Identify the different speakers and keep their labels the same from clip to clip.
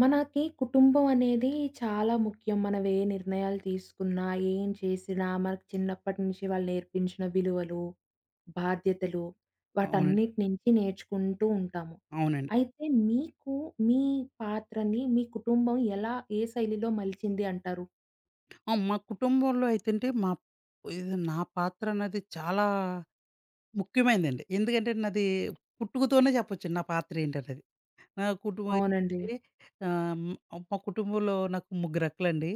Speaker 1: మనకి కుటుంబం అనేది చాలా ముఖ్యం. మనం ఏ నిర్ణయాలు తీసుకున్నా, ఏం చేసినా, మనకు చిన్నప్పటి నుంచి వాళ్ళు నేర్పించిన విలువలు, బాధ్యతలు
Speaker 2: అవునండి.
Speaker 1: వాటన్నిటి నుంచి నేర్చుకుంటూ ఉంటాము.
Speaker 2: అవునండి.
Speaker 1: అయితే మీకు మీ పాత్రని మీ కుటుంబం ఎలా ఏ శైలిలో మలిచింది అంటారు?
Speaker 2: మా కుటుంబంలో అయితంటే మా ఇది నా పాత్ర అన్నది చాలా ముఖ్యమైనదండి. ఎందుకంటే నాది పుట్టుకతోనే చెప్పొచ్చండి నా పాత్ర ఏంటనేది. నా కుటుంబం
Speaker 1: అవునండి.
Speaker 2: ఏంటంటే ఆహ్, మా కుటుంబంలో నాకు ముగ్గురక్కలండి.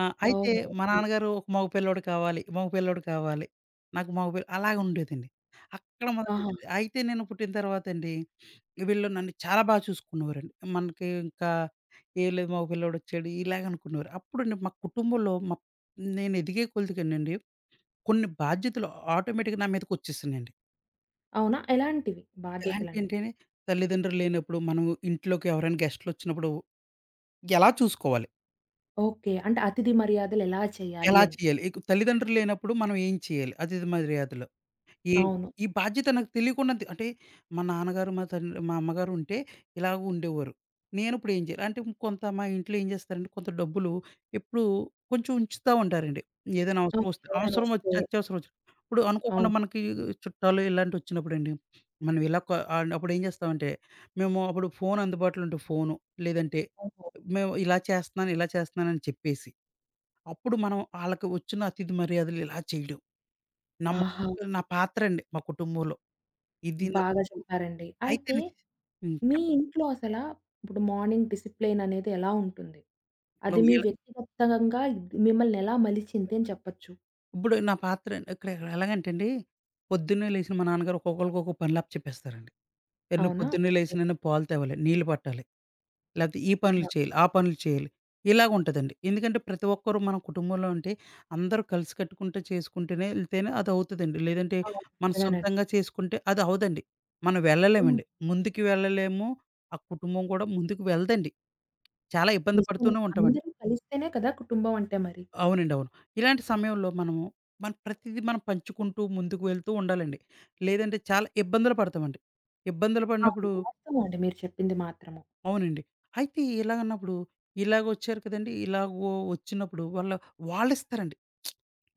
Speaker 2: అయితే
Speaker 1: ఓహో!
Speaker 2: మా
Speaker 1: ఓకే.
Speaker 2: నాన్నగారు ఒక మగ పిల్లోడు కావాలి, మగ పిల్లోడు కావాలి. నాకు మగ పిల్ల అలాగా ఉండేదండి. అక్కడ
Speaker 1: ఆహా!
Speaker 2: మొదలైందండి. అయితే నేను పుట్టిన తర్వాతండి, వీళ్ళు నన్ను చాలా బాగా చూసుకునేవారండి. మనకి ఇంకా ఏం లేదు మగ పిల్లోడొచ్చాడు ఇలాగ అనుకునేవారు. అప్పుడండి మా కుటుంబంలో నేను ఎదిగే కొలదికేనండి కొన్ని బాధ్యతలు ఆటోమేటిక్‌గా నా మీదకొచ్చేసినియండి.
Speaker 1: అవునా? ఎలాంటివి బాధ్యతలంటే?
Speaker 2: ఎలాంటియంటేనే తల్లిదండ్రులు లేనప్పుడు మనం ఇంట్లోకి ఎవరైనా గెస్ట్‌లొచ్చినప్పుడు ఎలా చూసుకోవాలి?
Speaker 1: ఓకే. అంటే అతిథి మర్యాదలు ఎలా చేయాలి
Speaker 2: ఎలా
Speaker 1: అని.
Speaker 2: చేయాలి? ఇక తల్లిదండ్రులు లేనప్పుడు మనం ఏం చేయాలి? అతిథి మర్యాదలు. ఏంటి?
Speaker 1: అవును.
Speaker 2: ఈ బాధ్యత నాకు తెలియకుండా అంటే మా నాన్నగారు, మా తండ్రి, మా అమ్మగారు ఉంటే ఇలాగ ఉండేవారు. నేను ఇప్పుడు ఏం చేయాలి? అంటే కొంత మా ఇంట్లో ఏం చేస్తారంటే కొంత డబ్బులు ఎప్పుడూ కొంచెం ఉంచుతా ఉంటారండి. ఏదైనా అవసరం
Speaker 1: ఓకే.
Speaker 2: వస్తే
Speaker 1: ఎవరైనా
Speaker 2: అవసరం
Speaker 1: వస్తే
Speaker 2: వచ్చి అత్యవసరం వచ్చి. ఇప్పుడు అనుకోకుండా
Speaker 1: అవును.
Speaker 2: మనకి చుట్టాలు ఇలాంటివి వచ్చినప్పుడండి, మనం ఇలా క అప్పుడు ఏం చేస్తామంటే మేము అప్పుడు ఫోన్ అందుబాటులో ఉంటే ఫోను, లేదంటే
Speaker 1: ఓహో!
Speaker 2: మేము ఇలా చేస్తున్నాను, ఇలా చేస్తున్నాను అని చెప్పేసి అప్పుడు మనం ఆళ్ళకి వచ్చిన అతిథి మర్యాదలు ఇలా చేయడం. నా మ
Speaker 1: ఆహా!
Speaker 2: నా పాత్రండి మా కుటుంబంలో. ఇది
Speaker 1: బాగా
Speaker 2: నాకు
Speaker 1: చెప్పారండి.
Speaker 2: అయితే
Speaker 1: అయితే
Speaker 2: నే హ్మ్.
Speaker 1: మీ ఇంట్లో అసలా ఇప్పుడు మార్నింగ్ డిసిప్లిన్ అనేది ఎలా ఉంటుంది? అది
Speaker 2: చెప్పండి.
Speaker 1: మీ వ్యక్తిగతంగా ఇది మిమ్మల్ని ఎలా మలిచింది అని చెప్పొచ్చు.
Speaker 2: ఇప్పుడు నా పాత్ర అండి. ఇక్కడ ఎలాగంటే అండి, పొద్దున్నే లేసిన మా నాన్నగారు ఒక్కొక్కళ్ళకి ఒక్కో పనులు అప్పచెప్పేస్తారండి. "ఏ నువ్వు
Speaker 1: అవునా?
Speaker 2: పొద్దున్నే లేసి
Speaker 1: ఓకే.
Speaker 2: నేను పాలు తేవాలి, నీళ్లు పట్టాలి, లేకపోతే ఈ పనులు
Speaker 1: ఆ!
Speaker 2: చేయాలి, ఆ పనులు చేయాలి. ఇలాగుంటదండి. ఎందుకంటే ప్రతి ఒక్కరు మన కుటుంబంలో అంటే అందరూ కలిసి కట్టుకుంటే చేసుకుంటేనే ఎళ్తేనే అదవుతదండి. లేదంటే
Speaker 1: అవును.
Speaker 2: మనం
Speaker 1: నిజమేనండి.
Speaker 2: సొంతంగా చేసుకుంటే అదవ్వదండి. మనం
Speaker 1: హ్మ్.
Speaker 2: వెళ్ళలేమండి. ముందుకు వెళ్ళలేము. ఆ కుటుంబం కూడా ముందుకు వెళ్దండి. చాలా ఇబ్బంది
Speaker 1: నిజమే.
Speaker 2: పడుతూనే ఉంటామండి.
Speaker 1: అందరూ కలిస్తేనే కదా కుటుంబం అంటే మరి.
Speaker 2: అవునండి. అవును. ఇలాంటి సమయంలో మనము మన ప్రతీదీ మనం పంచుకుంటూ ముందుకు వెళ్తూ ఉండాలండి. లేదంటే చాలా ఇబ్బందులు పడతామండి. ఇబ్బందులు
Speaker 1: అవును.
Speaker 2: పడినప్పుడు
Speaker 1: వాస్తవం అండి మీరు చెప్పింది మాత్రము.
Speaker 2: అవునండి. అయితే ఇలాగన్నప్పుడు ఇలాగొచ్చారు కదండీ! ఇలాగొ వచ్చినప్పుడు వాళ్ళు వాళ్ళిస్తారండి.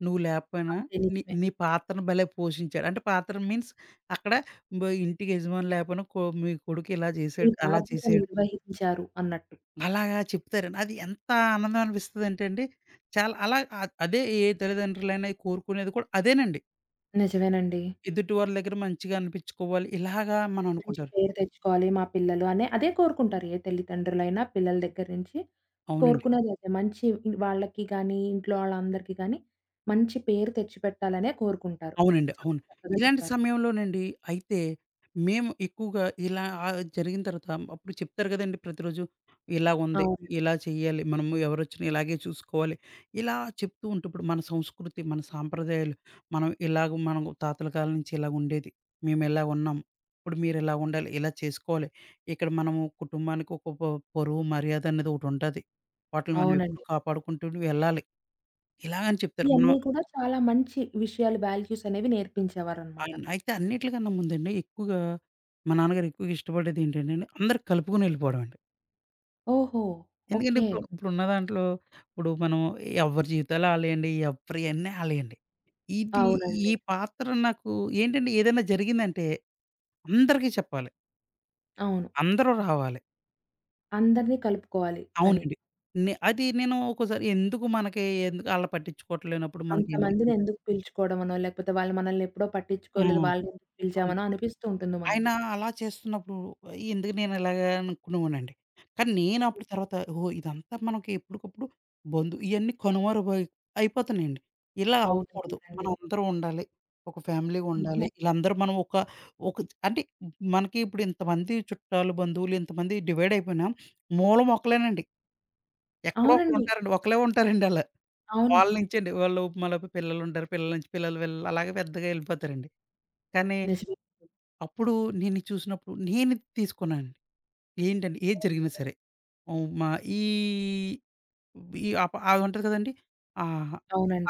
Speaker 2: నువ్వు లేకపోయినా
Speaker 1: అంతే
Speaker 2: నీ
Speaker 1: నిజమే.
Speaker 2: నీ పాత్రను భలే పోషించాడు. అంటే పాత్ర మీన్స్ అక్కడ ఇంటికి యజమాని లేకపోయినా మీ కొడుకు ఇలా
Speaker 1: మీ
Speaker 2: చేశాడు, అలా
Speaker 1: బాధ్యత
Speaker 2: చేశాడు.
Speaker 1: నిర్వహించారు అన్నట్టు.
Speaker 2: అలాగా చెప్తారండి. అది ఎంత ఆనందం అనిపిస్తదంటే అండి, చాలా అలా అదే ఏ తల్లిదండ్రులైనా కోరుకునేది కూడా అదేనండి.
Speaker 1: నిజమేనండి.
Speaker 2: ఎదుటి వాళ్ళ దగ్గర మంచిగా అనిపించుకోవాలి. ఇలాగా మనం
Speaker 1: మంచి
Speaker 2: అనుకుంటారు.
Speaker 1: పేరు తెచ్చుకోవాలి మా పిల్లలు అనే అదే కోరుకుంటారు. ఏ తల్లిదండ్రులైనా పిల్లల దగ్గర నుంచి
Speaker 2: అవునండి.
Speaker 1: కోరుకునేది అదే. మంచి వాళ్ళకి గానీ, ఇంట్లో వాళ్ళందరికీ గానీ మంచి పేరు తెచ్చిపెట్టాలనే కోరుకుంటారు.
Speaker 2: అవునండి.
Speaker 1: చాలా
Speaker 2: అవును.
Speaker 1: చక్కగా
Speaker 2: ఇలాంటి
Speaker 1: చెప్పారు.
Speaker 2: సమయంలోనండి అయితే మేము ఎక్కువగా ఇలా జరిగిన తర్వాత అప్పుడు చెప్తారు కదండీ ప్రతిరోజు. ఇలాగుంది.
Speaker 1: అవును.
Speaker 2: ఇలా చేయాలి. మనము ఎవరొచ్చినా ఇలాగే చూసుకోవాలి. ఇలా చెప్తూ ఉంటే ఇప్పుడు మన సంస్కృతి, మన సాంప్రదాయాలు మనం ఇలాగ మనం తాతల కాలం నుంచి ఇలాగుండేది. మేమిలా ఉన్నాం. ఇప్పుడు మీరిలా ఉండాలి. ఇలా చేసుకోవాలి. ఇక్కడ మనము కుటుంబానికి ఒక ప పరువు మర్యాద అనేది ఒకటుంటది. వాటిని మనం ఎప్పుడు
Speaker 1: అవునండి.
Speaker 2: కాపాడుకుంటూ వెళ్ళాలి. ఇలాగని చెప్తారు. మనం
Speaker 1: ఇయన్నీ కూడా చాలా మంచి విషయాలు, వాల్యూస్ అనేవి నేర్పించేవారనమాట.
Speaker 2: అవును. అయితే అన్నిట్లికన్నా ముందండి ఎక్కువగా మా నాన్నగారు ఎక్కువగా ఇష్టపడేది ఏంటంటేండి, అందరూ కలుపుకొని వెళ్ళిపోవడం అండి.
Speaker 1: ఓహో!
Speaker 2: ఎందుకంటే
Speaker 1: ఓకే.
Speaker 2: ఇప్పుడున్న దాంట్లో ఇప్పుడు మనం ఎవరి జీవితాలు ఆళ్ళయండి. ఎవరియన్నీ ఆళ్ళయండి. ఇది
Speaker 1: అవునండి.
Speaker 2: ఈ పాత్ర నాకు ఏంటంటే ఏదైనా జరిగిందంటే అందరికీ చెప్పాలి.
Speaker 1: అవును.
Speaker 2: అందరూ రావాలి.
Speaker 1: అందరిని కలుపుకోవాలి అని.
Speaker 2: అవునండి. నే అది నేను ఒక్కోసారి ఎందుకు మనకి ఎందుకు ఆళ్ళని పట్టించుకోవట్లేనప్పుడు
Speaker 1: అంతమందిని
Speaker 2: మనకెందుకంటే
Speaker 1: ఎందుకు పిలుచుకోవడమనో, లేకపోతే వాళ్ళు మనల్ని ఎప్పుడో పట్టించుకోలేదు,
Speaker 2: హ్మ్.
Speaker 1: వాళ్ళనెందుకు
Speaker 2: అవును.
Speaker 1: పిలిచామనో అనిపిస్తూ ఉంటుంది
Speaker 2: ఆయన
Speaker 1: మనకి.
Speaker 2: అలా చేస్తున్నప్పుడు ఎందుకు నేను ఇలాగ అనుకునేవాడినండి. కానీ నేను అప్పుడు తర్వాత ఓహో! ఇదంతా మనకి ఎప్పటికప్పుడు ఇయన్నీ కనుమరుగయి అయిపోతున్నాయండి. ఇలా
Speaker 1: అవును.
Speaker 2: అవ్వకూడదు.
Speaker 1: నిజమేనండి.
Speaker 2: మనందరం ఉండాలి. ఒక ఫ్యామిలీగా ఉండాలి.
Speaker 1: నిజమే.
Speaker 2: ఈళ్ళందరూ మనం ఒక ఒక అంటే మనకి ఇప్పుడు ఇంతమంది చుట్టాలు, బంధువులు ఇంతమంది డివైడ్ అయిపోయినా మూలం ఒకళ్ళేనండి. ఎక్కడో ఒకళ్ళు
Speaker 1: అవునండి.
Speaker 2: ఉంటారండి. ఒకళ్ళే ఉంటారండి ఆళ్ళ.
Speaker 1: అవును.
Speaker 2: వాళ్ళ నుంచండి. వాళ్ళు మళ్ళ పిల్లలుంటారు. పిల్లల నుంచి పిల్లలు వీళ్ళు అలాగే పెద్దగా ఎళ్ళిపోతారండి. కానీ
Speaker 1: నిజమే.
Speaker 2: అప్పుడు నేనిది చూసినప్పుడు నేనిది తీసుకున్నానండి. ఏంటంటే ఏది జరిగినా సరే. హ్మ్. మా ఈ ఈ అప ఆదుంటది కదండీ! ఆహ్,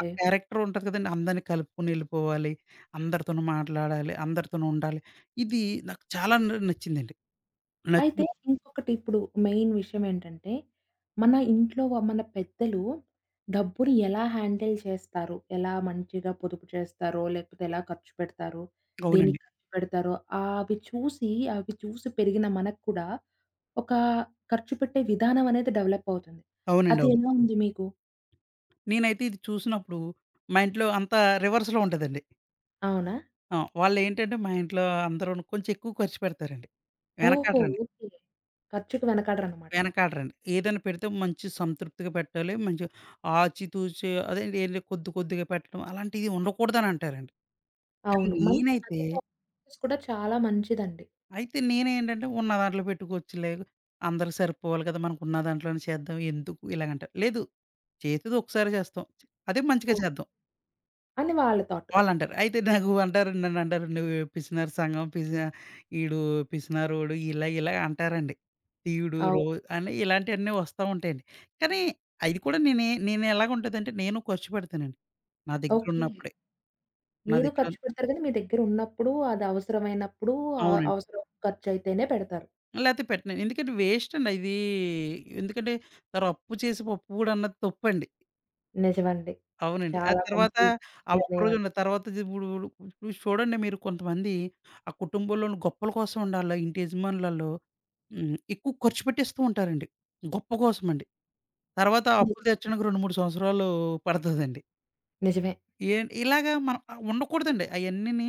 Speaker 2: ఆ క్యారెక్టర్ ఉంటది కదండీ! అందరిని కలుపుకొని ఎళ్ళిపోవాలి. అందరితోనూ మాట్లాడాలి. అందరితోనూ ఉండాలి. ఇది నాకు చాలా నచ్చిందండి.
Speaker 1: అయితే
Speaker 2: నచ్చిన
Speaker 1: ఇంకొకటి ఇప్పుడు మెయిన్ విషయం ఏంటంటే, మన ఇంట్లో మన పెద్దలు డబ్బుని ఎలా హ్యాండిల్ చేస్తారు? ఎలా మంచిగా పొదుపు చేస్తారో, లేకపోతే ఎలా ఖర్చు పెడతారో,
Speaker 2: అవునండి.
Speaker 1: దేనికి ఖర్చు పెడతారో, అవి చూసి, అవి చూసి పెరిగిన మనకు కూడా ఒక ఖర్చు పెట్టే విధానం అనేది డెవలప్ అవుతుంది.
Speaker 2: అవునండి.
Speaker 1: అది
Speaker 2: అవును.
Speaker 1: ఎలా ఉంది మీకు?
Speaker 2: నేనైతే ఇది చూసినప్పుడు మా ఇంట్లో అంతా రివర్స్‌లో ఉంటదండి.
Speaker 1: అవునా?
Speaker 2: ఆ! వాళ్ళేంటంటే మా ఇంట్లో అందరూను కొంచెం ఎక్కువ ఖర్చు పెడతారండి.
Speaker 1: ఓహో!
Speaker 2: వెనకాడరండి.
Speaker 1: ఓకే. ఖర్చుకి వెనకాడరనమాట.
Speaker 2: వెనకాడరండి. ఏదైనా పెడితే మంచి సంతృప్తిగా పెట్టాలి. మంచి ఆచితూచి అదేంటి ఏంటి కొద్ది కొద్దిగా పెట్టడం అలాంటివి ఉండకూడదని అంటారండి. కానీ
Speaker 1: అవును. మంచి
Speaker 2: నేనైతే
Speaker 1: అదే థాట్ ప్రాసెస్ కూడా చాలా మంచిదండి.
Speaker 2: అయితే నేనేంటంటే ఉన్న దాంట్లో పెట్టుకోవచ్చులే. అందరికి సరిపోవాలి కదా! మనకున్న దాంట్లోనే చేద్దాం. ఎందుకు ఇలాగంటారు. లేదు చేసేది ఒకసారి చేస్తాం. అదే మంచిగా
Speaker 1: అవును.
Speaker 2: చేద్దాం.
Speaker 1: అని వాళ్ళ థాట్.
Speaker 2: వాళ్ళంటారు. అయితే నాకు అంటారు నన్నంటారు "నువ్వు పిసినారి సంఘం ఈడు పిసినారోడు" ఇలా ఇలా అంటారండి. "ఈడు రో"
Speaker 1: అవును.
Speaker 2: అని ఇలాంటియన్నీ వస్తా ఉంటాయండి. కానీ అది కూడా నేను ఎలాగుంటదంటే నేను ఖర్చు పెడతానండి. నా
Speaker 1: ఓకే.
Speaker 2: దగ్గరున్నప్పుడే. నా
Speaker 1: మీరు
Speaker 2: దగ్గర
Speaker 1: ఖర్చు
Speaker 2: ఉన్న-
Speaker 1: పెడతారు గానీ, మీ దగ్గర ఉన్నప్పుడు, అది అవసరమైనప్పుడు
Speaker 2: అవునండి.
Speaker 1: అవసరం ఖర్చయితేనే పెడతారు.
Speaker 2: లేతే పెట్టను. ఎందుకంటే వేస్ట్ అండి అది. ఎందుకంటే తర్వాత అప్పు చేసి పప్పు గూడ అన్నది తప్పండి.
Speaker 1: నిజమండి.
Speaker 2: అవునండి. ఆ
Speaker 1: చాలా
Speaker 2: తర్వాత
Speaker 1: మంచి
Speaker 2: ఆ
Speaker 1: నిర్ణయం
Speaker 2: ఒక్కరోజు
Speaker 1: అది.
Speaker 2: ఉండదు. తర్వాత ఇది ఇప్పుడు ఇప్పుడు చూడండి మీరు కొంతమంది ఆ కుటుంబంలోని గొప్పల కోసం ఉండాలి ఇంటి యజమానులలో ఎక్కువ ఖర్చు పెట్టేస్తూ ఉంటారండి. గొప్ప కోసమండి. తర్వాత అప్పులు
Speaker 1: నిజమేనండి.
Speaker 2: తీర్చడానికి 2, 3 సంవత్సరాలు పడతదండి.
Speaker 1: నిజమే.
Speaker 2: ఇలాగా మనం ఉండకూడదండి. అయన్నీని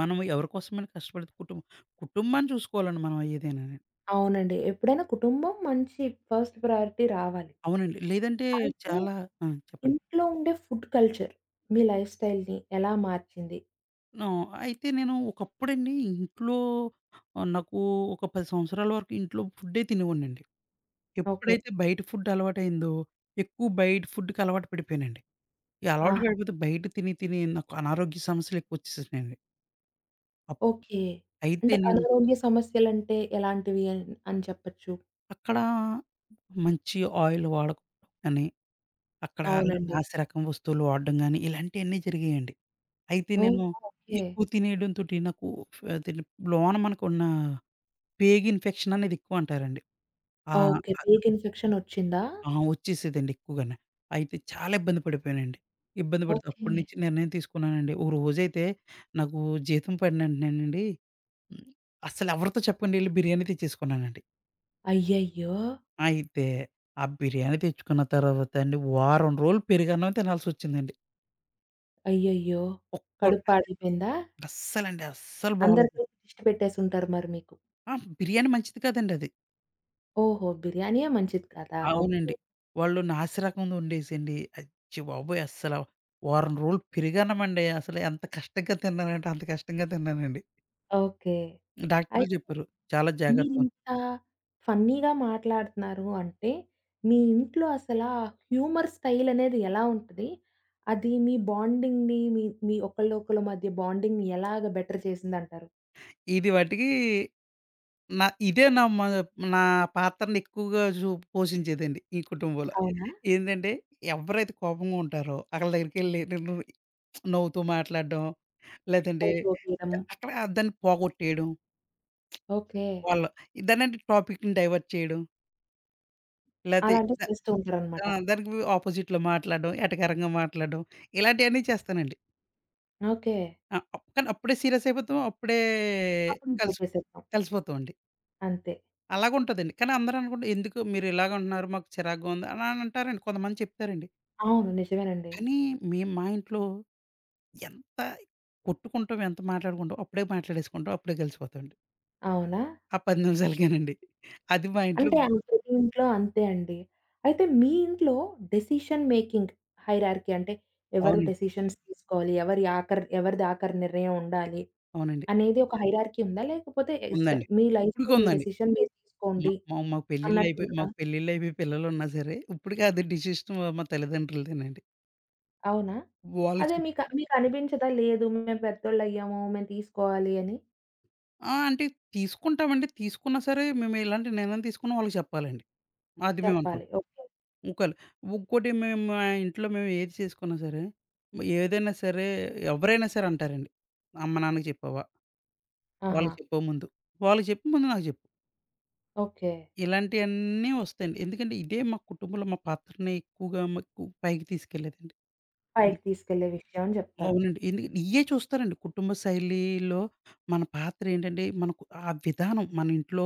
Speaker 2: మనం ఎవరి కోసమైనా కష్టపడేది కుటుంబం. కుటుంబాన్ని చూసుకోవాలండి మనం ఏదైనాని.
Speaker 1: అవునండి. ఎప్పుడైనా కుటుంబం మంచి ఫస్ట్ ప్రయారిటీ రావాలి.
Speaker 2: అవునండి. లేదంటే
Speaker 1: అయితే
Speaker 2: చాలా ఆ! చెప్పండి.
Speaker 1: ఇంట్లో ఉండే ఫుడ్ కల్చర్ మీ లైఫ్ స్టైల్‌ని ఎలా మార్చింది?
Speaker 2: అయితే నేను ఒకప్పుడండి ఇంట్లో నాకు ఒక 10 సంవత్సరాల వరకు ఇంట్లో ఫుడ్డే తినేవాడినండి.
Speaker 1: ఓకే.
Speaker 2: ఎప్పుడైతే బయట ఫుడ్ అలవాటయిందో, ఎక్కువ బయట ఫుడ్‌కి అలవాటు పడిపోయానండి. ఈ అలవాటు
Speaker 1: ఆహా!
Speaker 2: పడిపోతే బయట తిని తిని నాకు అనారోగ్య సమస్యలు ఎక్కువొచ్చేసినాయండి. Up
Speaker 1: okay.
Speaker 2: అయితే
Speaker 1: అంటే
Speaker 2: నేను
Speaker 1: అనారోగ్య సమస్యలంటే ఎలాంటివి అని చెప్పొచ్చు?
Speaker 2: అక్కడ మంచి ఆయిల్ వాడకపోవడం గాని, అక్కడ ఆళ్ళు
Speaker 1: అవునండి.
Speaker 2: నాసి రకం వస్తువులు వాడడం గాని ఇలాంటియన్నీ జరిగాయండి. అయితే
Speaker 1: ఓహో!
Speaker 2: నేను
Speaker 1: ఓకే.
Speaker 2: ఎక్కువ తినేయడంతోటి నాకు ఫ్ అదేంటి లోన మనకున్న పేగు ఇన్ఫెక్షన్ అనేది ఎక్కువ అంటారండి. ఆహ్,
Speaker 1: ఓకే. పేట్ ఇన్ఫెక్షనొచ్చిందా?
Speaker 2: ఆ! వచ్చేసేదండి ఎక్కువగానే. అయితే చాలా ఇబ్బంది పడిపోయానండి. ఇబ్బంది పడితే
Speaker 1: ఓకే.
Speaker 2: అప్పటి నుంచి నిర్ణయం తీసుకున్నానండి. ఒక రోజైతే నాకు జీతం పడిన వెంటనేనండి హ్మ్. అస్సలెవరితో చెప్పకుండా ఎళ్లి బిర్యానీ తెచ్చేసుకున్నానండి.
Speaker 1: అయ్యయ్యో!
Speaker 2: అయితే ఆ బిర్యానీ తెచ్చుకున్న తర్వాత అండి వారం రోజులు పెరుగన్నం తినాల్సొచ్చిందండి.
Speaker 1: అయ్యయ్యో!
Speaker 2: ఒక్క
Speaker 1: కడుపు పాడైపోయిందా?
Speaker 2: అస్సలండి అస్సలు
Speaker 1: అందరి
Speaker 2: బాలేదు.
Speaker 1: కలిపి దిష్టి పెట్టేసుంటారు మరి మీకు.
Speaker 2: ఆ! బిర్యానీ మంచిది కాదండది.
Speaker 1: ఓహో! బిర్యానీయే మంచిది కాదా? ఓకే.
Speaker 2: అవునండి. వాళ్ళు నాసి రకందొండేసండి అచ్చి బాబోయ్! వారం రోజులు పెరుగన్నమండి అసలు ఎంత కష్టంగా తిన్నానంటే అంత కష్టంగా తిన్నానండి.
Speaker 1: ఓకే. అయి
Speaker 2: డాక్టర్లు చెప్పారు చాలా జాగ్రత్త
Speaker 1: మీరింత ఫన్నీగా మాట్లాడుతున్నారు అంటే, మీ ఇంట్లో అసలా హ్యూమర్ స్టైల్ అనేది ఎలా ఉంటది? అది మీ బాండింగ్‌ని మీ మీ ఒకళ్ళు ఒకళ్ళ మధ్య బాండింగ్‌ని ఎలాగ బెటర్ చేసిందంటారు?
Speaker 2: ఇది మటికి నా ఇదే నా మ నా పాత్రని ఎక్కువగా పోషించేదండి ఈ కుటుంబంలో.
Speaker 1: అవునా?
Speaker 2: ఏందంటే ఎవరైతే కోపంగా ఉంటారో ఆళ్ళ దగ్గరికెళ్ళి నేను నవ్వుతూ మాట్లాడడం, లేదంటే
Speaker 1: ఓహ్! జోక్ ఎయడం.
Speaker 2: అక్కడ దాన్ని పోగొట్టేయడం.
Speaker 1: ఓకే.
Speaker 2: వాళ్ళు దాన్నంటే టాపిక్‌ని డైవర్ట్ చేయడం. లేతే
Speaker 1: అలాంటి
Speaker 2: ద
Speaker 1: చేస్తూ ఉంటారనమాట.
Speaker 2: ఆ! దానికి ఆపోజిట్‌లో మాట్లాడడం, ఎటకారంగా మాట్లాడడం ఇలాంటియన్నీ చేస్తానండి.
Speaker 1: ఓకే.
Speaker 2: ఆ! అప్ కానీ అప్పుడే సీరియస్ అయిపోతాం. అప్పుడే
Speaker 1: అప్పుడు
Speaker 2: కలిసి
Speaker 1: జోకేసేస్తాం.
Speaker 2: కలిసిపోతామండి.
Speaker 1: అంతే.
Speaker 2: అలాగుంటదండి. కానీ అందరూ అనుకుంట ఎందుకు మీరిలాగంటున్నారు మాకు చిరాగ్గా ఉంది అలా అని అంటారండి. కొంతమంది చెప్తారండి.
Speaker 1: అవును. నిజమేనండి.
Speaker 2: కానీ మేము మా ఇంట్లో ఎంత కొట్టుకుంటాం, ఎంత మాట్లాడుకుంటాం అప్పుడే మాట్లాడేసుకుంటాం, అప్పుడే కలిసిపోతామండి.
Speaker 1: అవునా?
Speaker 2: ఆ 10 నిమిషాలకేనండి. అది మా ఇంట్లో
Speaker 1: అంతే అండి. ప్రతి ఇంట్లో అంతే అండి. అయితే మీ ఇంట్లో డెసిషన్ మేకింగ్ హైరార్కీ అంటే ఎవరు
Speaker 2: అవునండి.
Speaker 1: డెసిషన్స్ తీసుకోవాలి? ఎవరి ఆఖరి ఎవరిది ఆఖరి నిర్ణయం ఉండాలి?
Speaker 2: అవునండి.
Speaker 1: అనేది ఒక హైరార్కీ ఉందా? లేకపోతే ఇష్ట
Speaker 2: ఉందండి.
Speaker 1: మీ లైఫ్‌లో మీ
Speaker 2: ఇప్పటికుందండి.
Speaker 1: డెసిషన్ మీరు
Speaker 2: మా
Speaker 1: తీసుకోండి
Speaker 2: మా మాకు పెళ్ళిళ్ళయిపోయి
Speaker 1: అన్నట్టుంటదా?
Speaker 2: పిల్లలున్నా సరే, ఇప్పటికి అది డిసిషన్ మా తల్లిదండ్రులదేనండి.
Speaker 1: అవునా?
Speaker 2: వాళ్ళకి
Speaker 1: అదే
Speaker 2: చెప్
Speaker 1: మీకు మీకనిపించదా? లేదు మేము పెద్దోళ్ళయ్యాము. మేము తీసుకోవాలి అని
Speaker 2: ఆ! అంటే తీసుకుంటామండి. తీసుకున్నా సరే మేము ఎలాంటి నిర్ణయం తీసుకున్నా వాళ్ళకి చెప్పాలండి. అది
Speaker 1: చెప్పాలి.
Speaker 2: మేమనుకుంటాం.
Speaker 1: ఓకే.
Speaker 2: ముక్కలు. ఇంకోటి మేము మా ఇంట్లో మేము ఏది చేసుకున్నా సరే, ఏదైనా సరే ఎవరైనా సరే అంటారండి. అమ్మ, నాన్నకి చెప్పావా?
Speaker 1: ఆహా!
Speaker 2: వాళ్ళకి చెప్పే ముందు. వాళ్ళకి చెప్పే ముందు నాకు చెప్పు.
Speaker 1: ఓకే.
Speaker 2: ఇలాంటియన్నీ వస్తాయండి. ఎందుకంటే ఇదే మా కుటుంబంలో మా పాత్రని ఎక్కువగా మాకు పైకి తీసుకెళ్ళేదండి.
Speaker 1: పైకి తీసుకెళ్ళే విషయం అని చెప్తారు.
Speaker 2: అవునండి. ఎందుకు ఇయ్యే చూస్తారండి. కుటుంబ శైలిలో మన పాత్ర ఏంటంటే, మనకు ఆ విధానం మన ఇంట్లో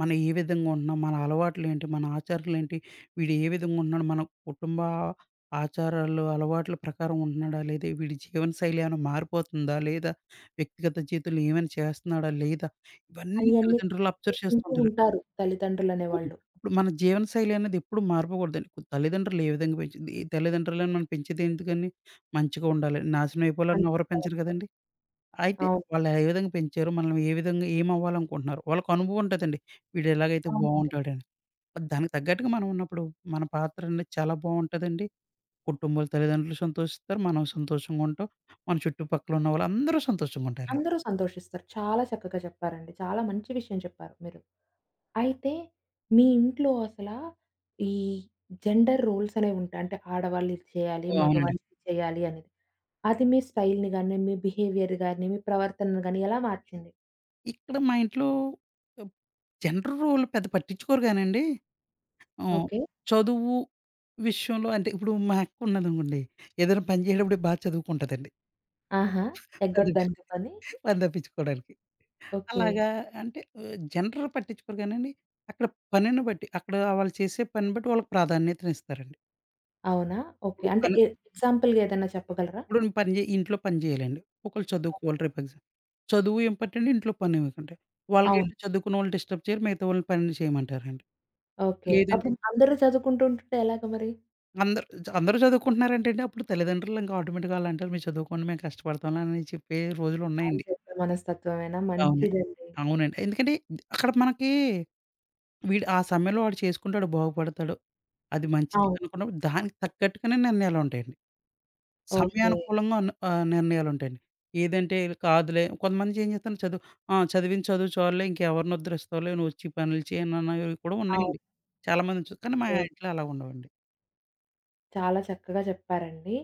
Speaker 2: మనం ఏ విధంగా ఉంటున్నాం, మన అలవాట్లేంటి, మన ఆచారాలేంటి, వీడు ఏ విధంగా ఉంటున్నాడు, మన కుటుంబ ఆచారాలు, అలవాట్ల ప్రకారం ఉంటున్నాడా? లేదా వీడి జీవన శైలి ఏమైనా మారిపోతుందా? లేదా వ్యక్తిగత జీవితంలో ఏమైనా చేస్తున్నాడా? లేదా? ఇవన్నీ
Speaker 1: అయన్నీ
Speaker 2: తల్లిదండ్రులు అబ్జర్వ్ చేస్తూ
Speaker 1: గుర్తుపెట్టుకుంటూ
Speaker 2: ఉంటారు.
Speaker 1: ఉంటారు తల్లిదండ్రులనే
Speaker 2: అవును.
Speaker 1: వాళ్ళు.
Speaker 2: ఇప్పుడు మన జీవన శైలి అనేది ఎప్పుడు మారిపోకూడదండి. తల్లిదండ్రులు ఏ విధంగా పెంచింది ఈ తల్లిదండ్రులను మనం పెంచేది ఎందుకని మంచిగా ఉండాలి. నాశనం అయిపోవాలని
Speaker 1: మంచి
Speaker 2: ఎవరు పెంచరు కదండీ! అయితే
Speaker 1: అవును.
Speaker 2: వాళ్ళు ఏ విధంగా పెంచారు, మనం ఏ విధంగా ఏమవ్వాలనుకుంటున్నారు. వాళ్ళకి అనుభవం ఉంటదండి. వీడు ఎలాగైతే
Speaker 1: అవునండి.
Speaker 2: బావుంటాడని. దానికి తగ్గట్టుగా మనం ఉన్నప్పుడు మన పాత్ర అనేది చాలా బావుంటదండి. కుటుంబాలు, తల్లిదండ్రులు సంతోషిస్తారు. మనం సంతోషంగా ఉంటాం. మన చుట్టుపక్కల ఉన్న వాళ్ళందరూ సంతోషంగా ఉంటారండి.
Speaker 1: అందరూ సంతోషిస్తారు. చాలా చక్కగా చెప్పారండి. చాలా మంచి విషయం చెప్పారు మీరు. అయితే మీ ఇంట్లో అసలా ఈ జెండర్ రోల్స్ అనేవి ఉంటాయి. అంటే ఆడవాళ్ళు ఇది చేయాలి,
Speaker 2: ఓ, అవునండి.
Speaker 1: మగవాళ్ళు ఇది చేయాలి అనేది. అది మీ స్టైల్‌ని గాని, మీ బిహేవియర్ గాని, మీ ప్రవర్తనను గాని ఎలా మార్చింది?
Speaker 2: ఇక్కడ మా ఇంట్లో జెండర్ రోల్ పెద్ద పట్టించుకోరు గానండి. హ్మ్.
Speaker 1: ఓకే.
Speaker 2: చదువు విషయంలో అంటే ఇప్పుడు మా అక్క ఉన్నదనుకోండి. ఏదైనా పని చేసేటప్పుడు బాగా చదువుకుంటదండి.
Speaker 1: ఆహా!
Speaker 2: పని
Speaker 1: ఎగ్గొట్టడానికి పని.
Speaker 2: పని తప్పించుకోవడానికి.
Speaker 1: ఓకే.
Speaker 2: అలాగా అంటే జనరల్ పట్టించుకోరు కానండి. అక్కడ పనిని బట్టి అక్కడ వాళ్ళు చేసే పనిని బట్టి వాళ్ళకి ప్రాధాన్యతనిస్తారండి.
Speaker 1: అవునా? ఓకే.
Speaker 2: ఇప్పుడు
Speaker 1: అంటే
Speaker 2: పని
Speaker 1: ఎ ఎగ్జాంపుల్‌గా ఏదైనా చెప్పగలరా?
Speaker 2: ఇప్పుడు పని చే ఇంట్లో పని చేయాలండి. ఒకళ్ళు
Speaker 1: ఓకే.
Speaker 2: చదువుకోవాలి రేపు ఎగ్జామ్. చదువు ఇంపార్టెంట్ ఇంట్లో పని ఇంపార్టెంట్.
Speaker 1: అవును.
Speaker 2: వాళ్ళకేంటి చదువుకున్న వాళ్ళు డిస్టర్బ్ చేయరు. మిగతా వాళ్ళని పనులు చేయమంటారండి.
Speaker 1: ఓకే.
Speaker 2: లేదంటే
Speaker 1: అప్పుడు అందరూ చదువుకుంటూ ఉంటుంటే ఎలాగ మరి?
Speaker 2: అందరూ చదువుకుంటున్నారంటేండి, అప్పుడు తల్లిదండ్రులు ఇంక ఆటోమేటిక్‌గా ఆళ్ళంటారు, "మీరు చదువుకోండి మేము కష్టపడతాంలే" అని చెప్పే
Speaker 1: అని
Speaker 2: రోజులున్నాయండి.
Speaker 1: చెప్పే మనస్తత్వమేనా?
Speaker 2: అవును.
Speaker 1: మంచిదండి.
Speaker 2: అవునండి. ఎందుకంటే అక్కడ మనకి వీడు ఆ సమయంలో వాడు చేసుకుంటాడు, బాగుపడతాడు, అది మంచిది
Speaker 1: అవును.
Speaker 2: అనుకున్నప్పుడు దానికి తగ్గట్టుగానే నిర్ణయాలుంటాయండి.
Speaker 1: ఓకే.
Speaker 2: సమయానుకూలంగా నిర్ణయాలుంటాయండి. ఏదంటే కాదులే కొంతమంది ఏం చేత్తారు చదువు ఆ! చదివిన చదువు చాలులే ఇంకెవరిని ఉద్ధరిస్తావులే, నువ్వొచ్చి పనులు చేయనన్నవి కూడా
Speaker 1: ఆ!
Speaker 2: ఉన్నాయండి. చాలామందిని చూ కానీ మా
Speaker 1: ఓకే.
Speaker 2: ఇంట్లో అలా ఉండవండి.
Speaker 1: చాలా చక్కగా చెప్పారండి.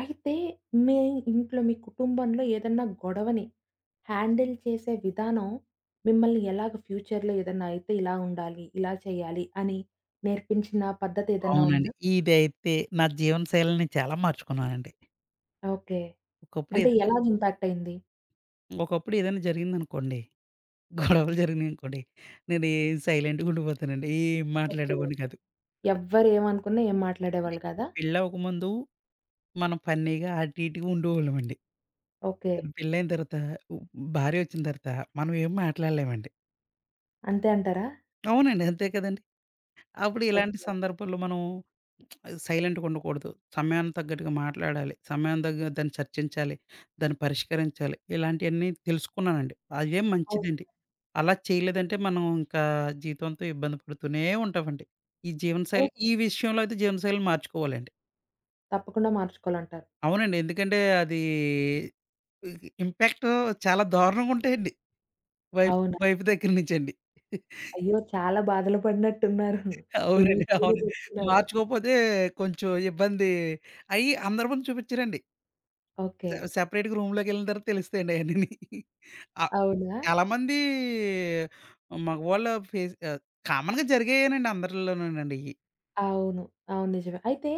Speaker 1: అయితే మీ ఇంట్లో, మీ కుటుంబంలో ఏదన్నా గొడవని హ్యాండిల్ చేసే విధానం మిమ్మల్ని ఎలాగ ఫ్యూచర్‌లో ఏదన్నా అయితే ఇలా ఉండాలి, ఇలా చేయాలి అని నేర్పించిన పద్ధతి ఏదన్నా
Speaker 2: అవునండి.
Speaker 1: ఉందా?
Speaker 2: ఇదైతే నా జీవనశైలిని చాలా మార్చుకున్నానండి.
Speaker 1: ఓకే.
Speaker 2: ఒకప్పుడు
Speaker 1: అంటే
Speaker 2: ఏదైనా
Speaker 1: ఎలాగ ఇంపాక్ట్ అయింది?
Speaker 2: ఒకప్పుడు ఏదైనా జరిగిందనుకోండి, గొడవలు జరిగినాయనుకోండి, నేను ఏం సైలెంట్‌గా ఉండిపోతానండి. ఏం
Speaker 1: ఓకే.
Speaker 2: మాట్లాడేవాడిని కాదు.
Speaker 1: ఎవ్వరు ఏమనుకున్నా ఏం
Speaker 2: అంటే
Speaker 1: మాట్లాడేవాళ్ళు కాదా?
Speaker 2: పెళ్ళవ్వక ముందు మనం ఫన్నీగా అటు ఇటుగా ఉండేవాళ్ళమండి.
Speaker 1: ఓకే.
Speaker 2: కానీ పెళ్ళైన తర్వాత ఉ భార్య వచ్చిన తర్వాత మనం ఏం మాట్లాడలేమండి.
Speaker 1: అంతే అంటారా?
Speaker 2: అవునండి. అంతే కదండీ! అప్పుడు ఇలాంటి
Speaker 1: ఓకే.
Speaker 2: సందర్భాల్లో మనం అది సైలెంట్‌గా ఉండకూడదు. సమయానికి తగ్గట్టుగా మాట్లాడాలి. సమయం దగ్గర దాన్ని చర్చించాలి. దాన్ని పరిష్కరించాలి. ఇలాంటియన్నీ తెలుసుకున్నానండి. అదే మంచిదండి.
Speaker 1: అవునా?
Speaker 2: అలా చేయలేదంటే మనం ఇంకా జీవితంతో ఇబ్బంది పడుతూనే ఉంటామండి. ఈ జీవనశైలి
Speaker 1: ఓహో!
Speaker 2: ఈ విషయంలో అయితే జీవనశైలిని మార్చుకోవాలండి.
Speaker 1: తప్పకుండా మార్చుకోవాలంటారు.
Speaker 2: అవునండి. ఎందుకంటే అది ఇంపాక్ట్ చాలా దారుణంగా ఉంటాయండి. వైఫ్
Speaker 1: అవును.
Speaker 2: వైఫ్ దగ్గర నుంచండి.
Speaker 1: అయ్యో! చాలా బాధలు పడినట్టున్నారు.
Speaker 2: అవునండి.
Speaker 1: ఎమోషనల్‌గా
Speaker 2: అవును.
Speaker 1: చెప్తున్నారు.
Speaker 2: మార్చుకోకపోతే కొంచెం ఇబ్బంది అయ్యి అందరి ముందు చూపించరండి.
Speaker 1: ఓకే.
Speaker 2: సెపరేట్‌గా రూమ్‌లోకెళ్ళిన తర్వాత తెలుస్తాయండి అయన్నీని. ఆహ్,
Speaker 1: అవునా?
Speaker 2: చాలామంది మగవాళ్ళ ఫేస్ కామన్‌గా జరిగాయేనండి అందరిలోనేనండియి.
Speaker 1: అవును. అవును. నిజమే. అయితే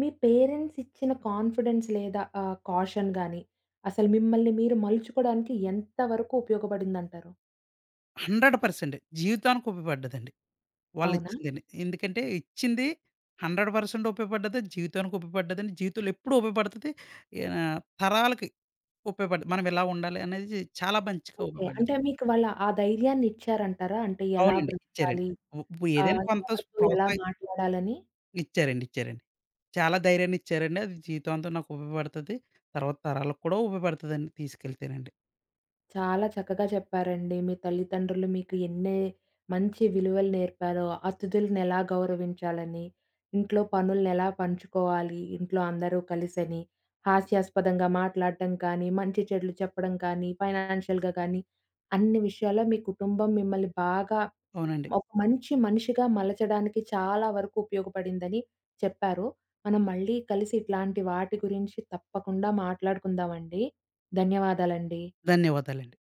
Speaker 1: మీ పేరెంట్స్ ఇచ్చిన కాన్ఫిడెన్స్ లేదా కాషన్ గాని, అసలు మిమ్మల్ని మీరు మలుచుకోవడానికి ఎంత వరకు ఉపయోగపడిందంటారు?
Speaker 2: 100% జీవితానికి ఉపయోగపడ్డదండి.
Speaker 1: అవునా?
Speaker 2: వాళ్ళిచ్చిందని. ఎందుకంటే ఇచ్చింది 100% ఉపయోగపడ్డది. జీవితానికి ఉపయోగపడ్డదండి. జీవితంలో ఎప్పుడు ఉపయోగపడతది. తరాలకి ఉపయోగపడ్డది. మనం ఇలా ఉండాలి అనేది చాలా మంచిగా
Speaker 1: ఓకే. అంటే
Speaker 2: ఉపయోగపడ్డది.
Speaker 1: మీకు వాళ్ళ ఆ ధైర్యాన్ని ఇచ్చారంటారా? అంటే ఎలా
Speaker 2: అవునండి. ఇచ్చారండి.
Speaker 1: బ్రతకాలి?
Speaker 2: ఇప్పుడు ఏదైనా కొంత
Speaker 1: ఎవరితో ఎలా
Speaker 2: ప్రోత్సాహం
Speaker 1: మాట్లాడాలని?
Speaker 2: ఇచ్చారండి. ఇచ్చారండి. చాలా ధైర్యాన్నిచ్చారండి. అది జీవితాంతం నాకు ఉపయోగపడతది. తర్వాత తరాలకు కూడా ఉపయోగపడతదండి తీసుకెళ్తేనండి.
Speaker 1: చాలా చక్కగా చెప్పారండి. మీ తల్లిదండ్రులు మీకు ఎన్ని మంచి విలువలు నేర్పారో, అతిథులనెలా గౌరవించాలని, ఇంట్లో పనులనెలా పంచుకోవాలి, ఇంట్లో అందరూ కలిసని, హాస్యాస్పదంగా మాట్లాడటం కానీ, మంచి చెడులు చెప్పడం కానీ, ఫైనాన్షియల్‌గా కానీ, అన్ని విషయాల్లో మీ కుటుంబం మిమ్మల్ని బాగా
Speaker 2: అవునండి.
Speaker 1: ఒక మంచి మనిషిగా మలచడానికి చాలా వరకు ఉపయోగపడిందని చెప్పారు. మనం మళ్ళీ కలిసి ఇట్లాంటి వాటి గురించి తప్పకుండా మాట్లాడుకుందామండి. ధన్యవాదాలండి.
Speaker 2: ధన్యవాదాలండి.